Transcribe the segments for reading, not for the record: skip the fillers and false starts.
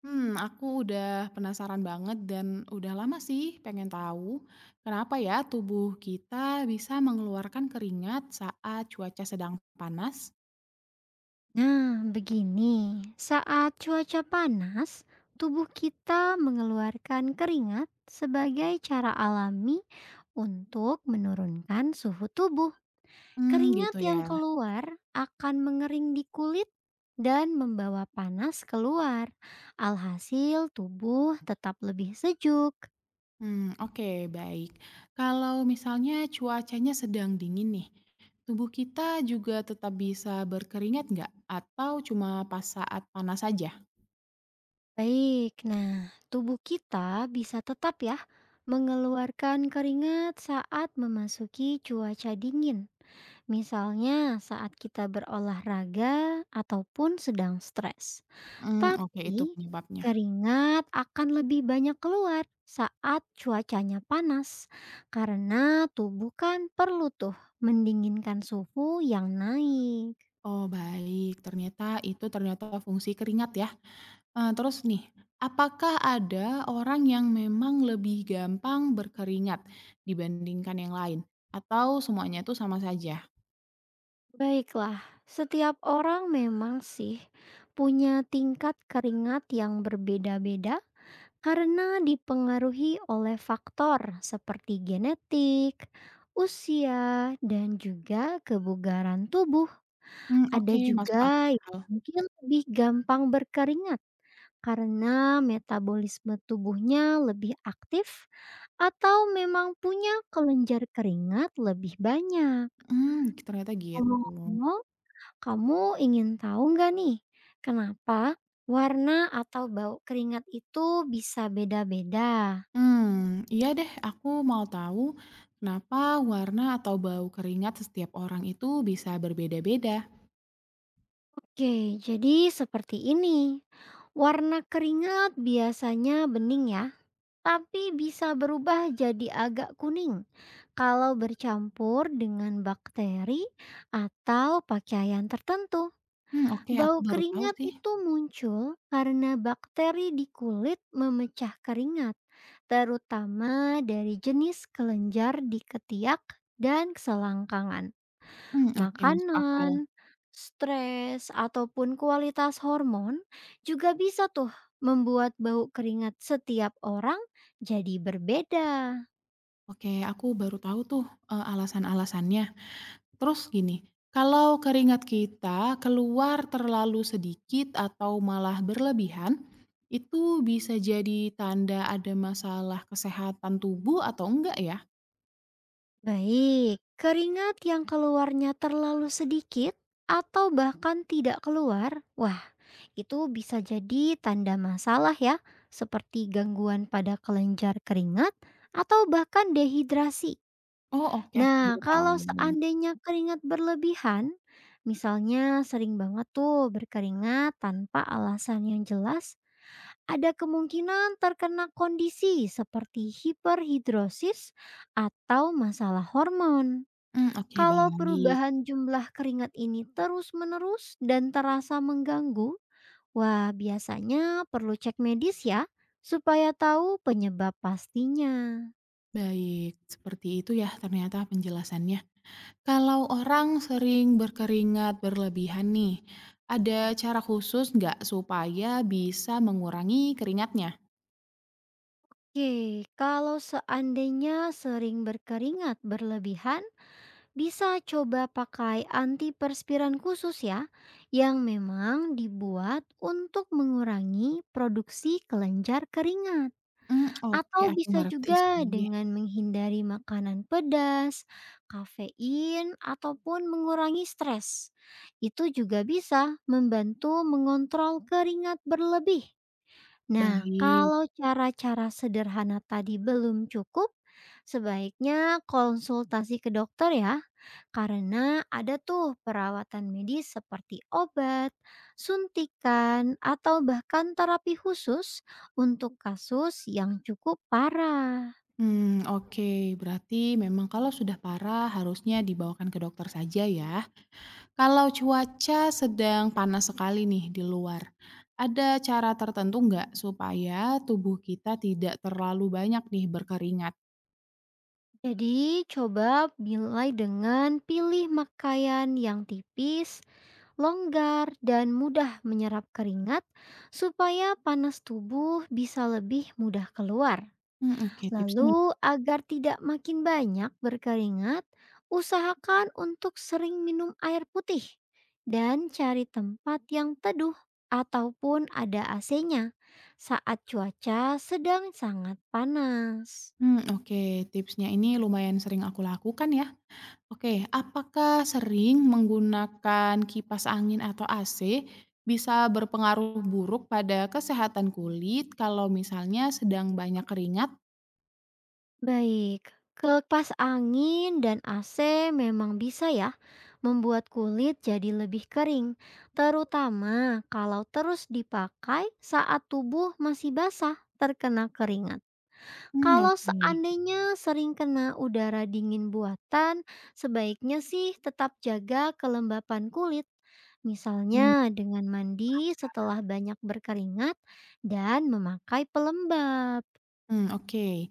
Aku udah penasaran banget dan udah lama sih pengen tahu kenapa ya tubuh kita bisa mengeluarkan keringat saat cuaca sedang panas? Nah, begini, saat cuaca panas, tubuh kita mengeluarkan keringat sebagai cara alami untuk menurunkan suhu tubuh. Hmm, Keringat gitu yang ya. keluar akan mengering di kulit dan membawa panas keluar. Alhasil, tubuh tetap lebih sejuk. Hmm, oke, baik. Kalau misalnya cuacanya sedang dingin nih, tubuh kita juga tetap bisa berkeringat nggak? Atau cuma pas saat panas saja? Baik, nah, tubuh kita bisa tetap ya mengeluarkan keringat saat memasuki cuaca dingin. Misalnya saat kita berolahraga ataupun sedang stres. Hmm, oke, itu Tapi penyebabnya. keringat akan lebih banyak keluar saat cuacanya panas karena tubuh kan perlu tuh mendinginkan suhu yang naik. Oh, baik. Ternyata itu ternyata fungsi keringat ya. Terus nih, apakah ada orang yang memang lebih gampang berkeringat dibandingkan yang lain? Atau semuanya itu sama saja? Baiklah, setiap orang memang sih punya tingkat keringat yang berbeda-beda. Karena dipengaruhi oleh faktor seperti genetik, usia, dan juga kebugaran tubuh. Hmm, Ada oke, masuk juga yang akal. mungkin lebih gampang berkeringat karena metabolisme tubuhnya lebih aktif atau memang punya kelenjar keringat lebih banyak. Ternyata gitu. Ngomong-ngomong, kamu ingin tahu nggak nih kenapa warna atau bau keringat itu bisa beda-beda? Hmm, iya deh aku mau tahu kenapa warna atau bau keringat setiap orang itu bisa berbeda-beda. Oke, jadi seperti ini. Warna keringat biasanya bening ya, tapi bisa berubah jadi agak kuning kalau bercampur dengan bakteri atau pakaian tertentu. Hmm, oke, aku Bau baru tahu keringat sih. itu muncul karena bakteri di kulit memecah keringat, terutama dari jenis kelenjar di ketiak dan selangkangan. Hmm, oke, masuk akal. Makanan, stres, ataupun kualitas hormon juga bisa tuh membuat bau keringat setiap orang jadi berbeda. Oke, aku baru tahu tuh, alasan-alasannya. Terus gini, kalau keringat kita keluar terlalu sedikit atau malah berlebihan, itu bisa jadi tanda ada masalah kesehatan tubuh atau enggak ya? Baik, keringat yang keluarnya terlalu sedikit atau bahkan tidak keluar, wah itu bisa jadi tanda masalah ya, seperti gangguan pada kelenjar keringat atau bahkan dehidrasi. Oh, oke, aku Nah, baru tahu. kalau seandainya keringat berlebihan, misalnya sering banget tuh berkeringat tanpa alasan yang jelas, ada kemungkinan terkena kondisi seperti hiperhidrosis atau masalah hormon. Mmm, oke, baik. Kalau perubahan jumlah keringat ini terus-menerus dan terasa mengganggu, wah biasanya perlu cek medis ya, supaya tahu penyebab pastinya. Baik, seperti itu ya ternyata penjelasannya. Kalau orang sering berkeringat berlebihan nih, ada cara khusus nggak supaya bisa mengurangi keringatnya? Oke, kalau seandainya sering berkeringat berlebihan, bisa coba pakai antiperspiran khusus ya, yang memang dibuat untuk mengurangi produksi kelenjar keringat. Hmm, oke, Atau aku bisa ngerti juga sih. dengan menghindari makanan pedas, kafein, ataupun mengurangi stres. Itu juga bisa membantu mengontrol keringat berlebih. Nah, Baik. kalau cara-cara sederhana tadi belum cukup, sebaiknya konsultasi ke dokter ya, karena ada tuh perawatan medis seperti obat, suntikan, atau bahkan terapi khusus untuk kasus yang cukup parah. Hmm, oke. Berarti memang kalau sudah parah harusnya dibawakan ke dokter saja ya. Kalau cuaca sedang panas sekali nih di luar, ada cara tertentu nggak supaya tubuh kita tidak terlalu banyak nih berkeringat? Jadi, coba mulai dengan pilih pakaian yang tipis, longgar, dan mudah menyerap keringat supaya panas tubuh bisa lebih mudah keluar. Hmm, oke, Lalu, agar tidak makin banyak berkeringat, usahakan untuk sering minum air putih dan cari tempat yang teduh ataupun ada AC-nya saat cuaca sedang sangat panas. Oke, tipsnya ini lumayan sering aku lakukan ya. Oke, apakah sering menggunakan kipas angin atau AC bisa berpengaruh buruk pada kesehatan kulit kalau misalnya sedang banyak keringat? Baik, kipas angin dan AC memang bisa ya membuat kulit jadi lebih kering, terutama kalau terus dipakai saat tubuh masih basah terkena keringat. Mmm, Kalau oke. seandainya sering kena udara dingin buatan, sebaiknya sih tetap jaga kelembapan kulit. Mmm, Misalnya dengan paham mandi sekarang. setelah banyak berkeringat dan memakai pelembab. Mmm, oke.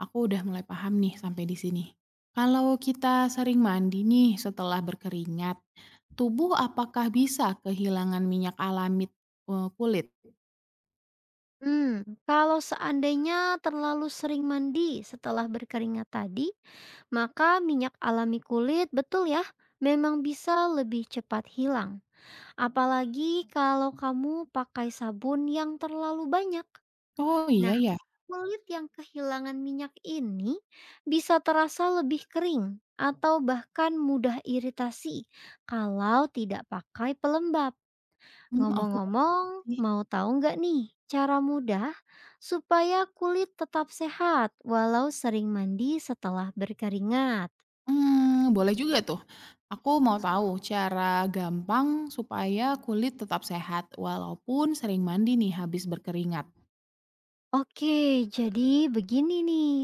Aku udah mulai paham nih sampai di sini. Kalau kita sering mandi nih setelah berkeringat, tubuh apakah bisa kehilangan minyak alami, kulit? Kalau seandainya terlalu sering mandi setelah berkeringat tadi, maka minyak alami kulit betul ya, memang bisa lebih cepat hilang. Apalagi kalau kamu pakai sabun yang terlalu banyak. Oh, iya Nah, ya? kulit yang kehilangan minyak ini bisa terasa lebih kering atau bahkan mudah iritasi kalau tidak pakai pelembab. Aku baru tahu Ngomong-ngomong, sih. mau tahu nggak nih cara mudah supaya kulit tetap sehat walau sering mandi setelah berkeringat? Boleh juga tuh. Aku mau tahu cara gampang supaya kulit tetap sehat walaupun sering mandi nih habis berkeringat. Oke, jadi begini nih.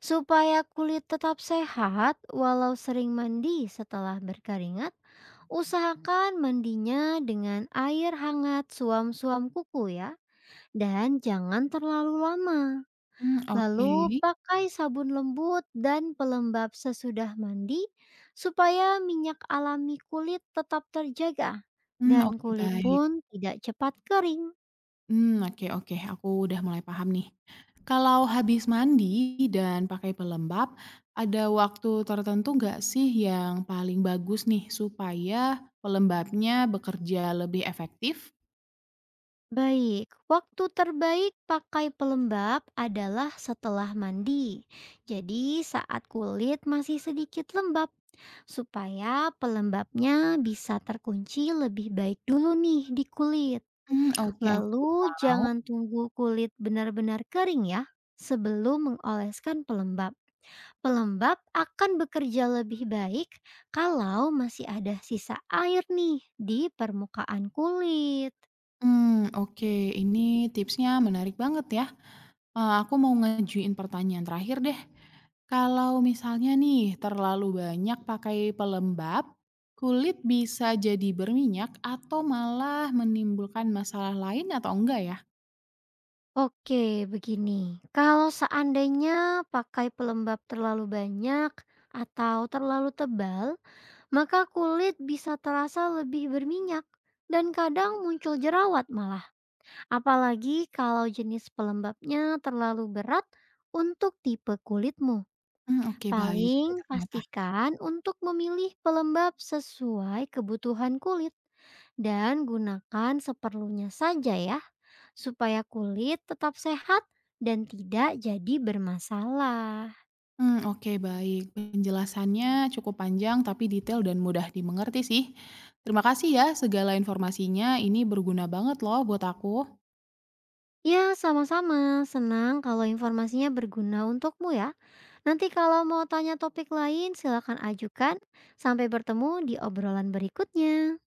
Supaya kulit tetap sehat walau sering mandi setelah berkeringat, usahakan mandinya dengan air hangat suam-suam kuku ya. Dan jangan terlalu lama. Hmm, oke. Lalu pakai sabun lembut dan pelembab sesudah mandi supaya minyak alami kulit tetap terjaga Hmm, dan oke, kulit baik. pun tidak cepat kering. Hmm, oke, oke, aku udah mulai paham nih. Kalau habis mandi dan pakai pelembab, ada waktu tertentu nggak sih yang paling bagus nih supaya pelembabnya bekerja lebih efektif? Baik, waktu terbaik pakai pelembab adalah setelah mandi. Jadi saat kulit masih sedikit lembab supaya pelembabnya bisa terkunci lebih baik dulu nih di kulit. Hmm, oke, aku baru Lalu tahu. jangan tunggu kulit benar-benar kering ya sebelum mengoleskan pelembab. Pelembab akan bekerja lebih baik kalau masih ada sisa air nih di permukaan kulit. Hmm, oke, ini tipsnya menarik banget ya. Aku mau ngejuin pertanyaan terakhir deh. Kalau misalnya nih terlalu banyak pakai pelembab, kulit bisa jadi berminyak atau malah menimbulkan masalah lain atau enggak ya? Oke, begini. Kalau seandainya pakai pelembab terlalu banyak atau terlalu tebal, maka kulit bisa terasa lebih berminyak dan kadang muncul jerawat malah. Apalagi kalau jenis pelembabnya terlalu berat untuk tipe kulitmu. Mmm, oke, bahaya juga Paling ternyata. pastikan untuk memilih pelembab sesuai kebutuhan kulit dan gunakan seperlunya saja ya, supaya kulit tetap sehat dan tidak jadi bermasalah. Mmm, oke, baik. Penjelasannya cukup panjang tapi detail dan mudah dimengerti sih. Terima kasih ya segala informasinya, ini berguna banget loh buat aku. Ya, sama-sama. Senang kalau informasinya berguna untukmu ya. Nanti kalau mau tanya topik lain, silakan ajukan. Sampai bertemu di obrolan berikutnya.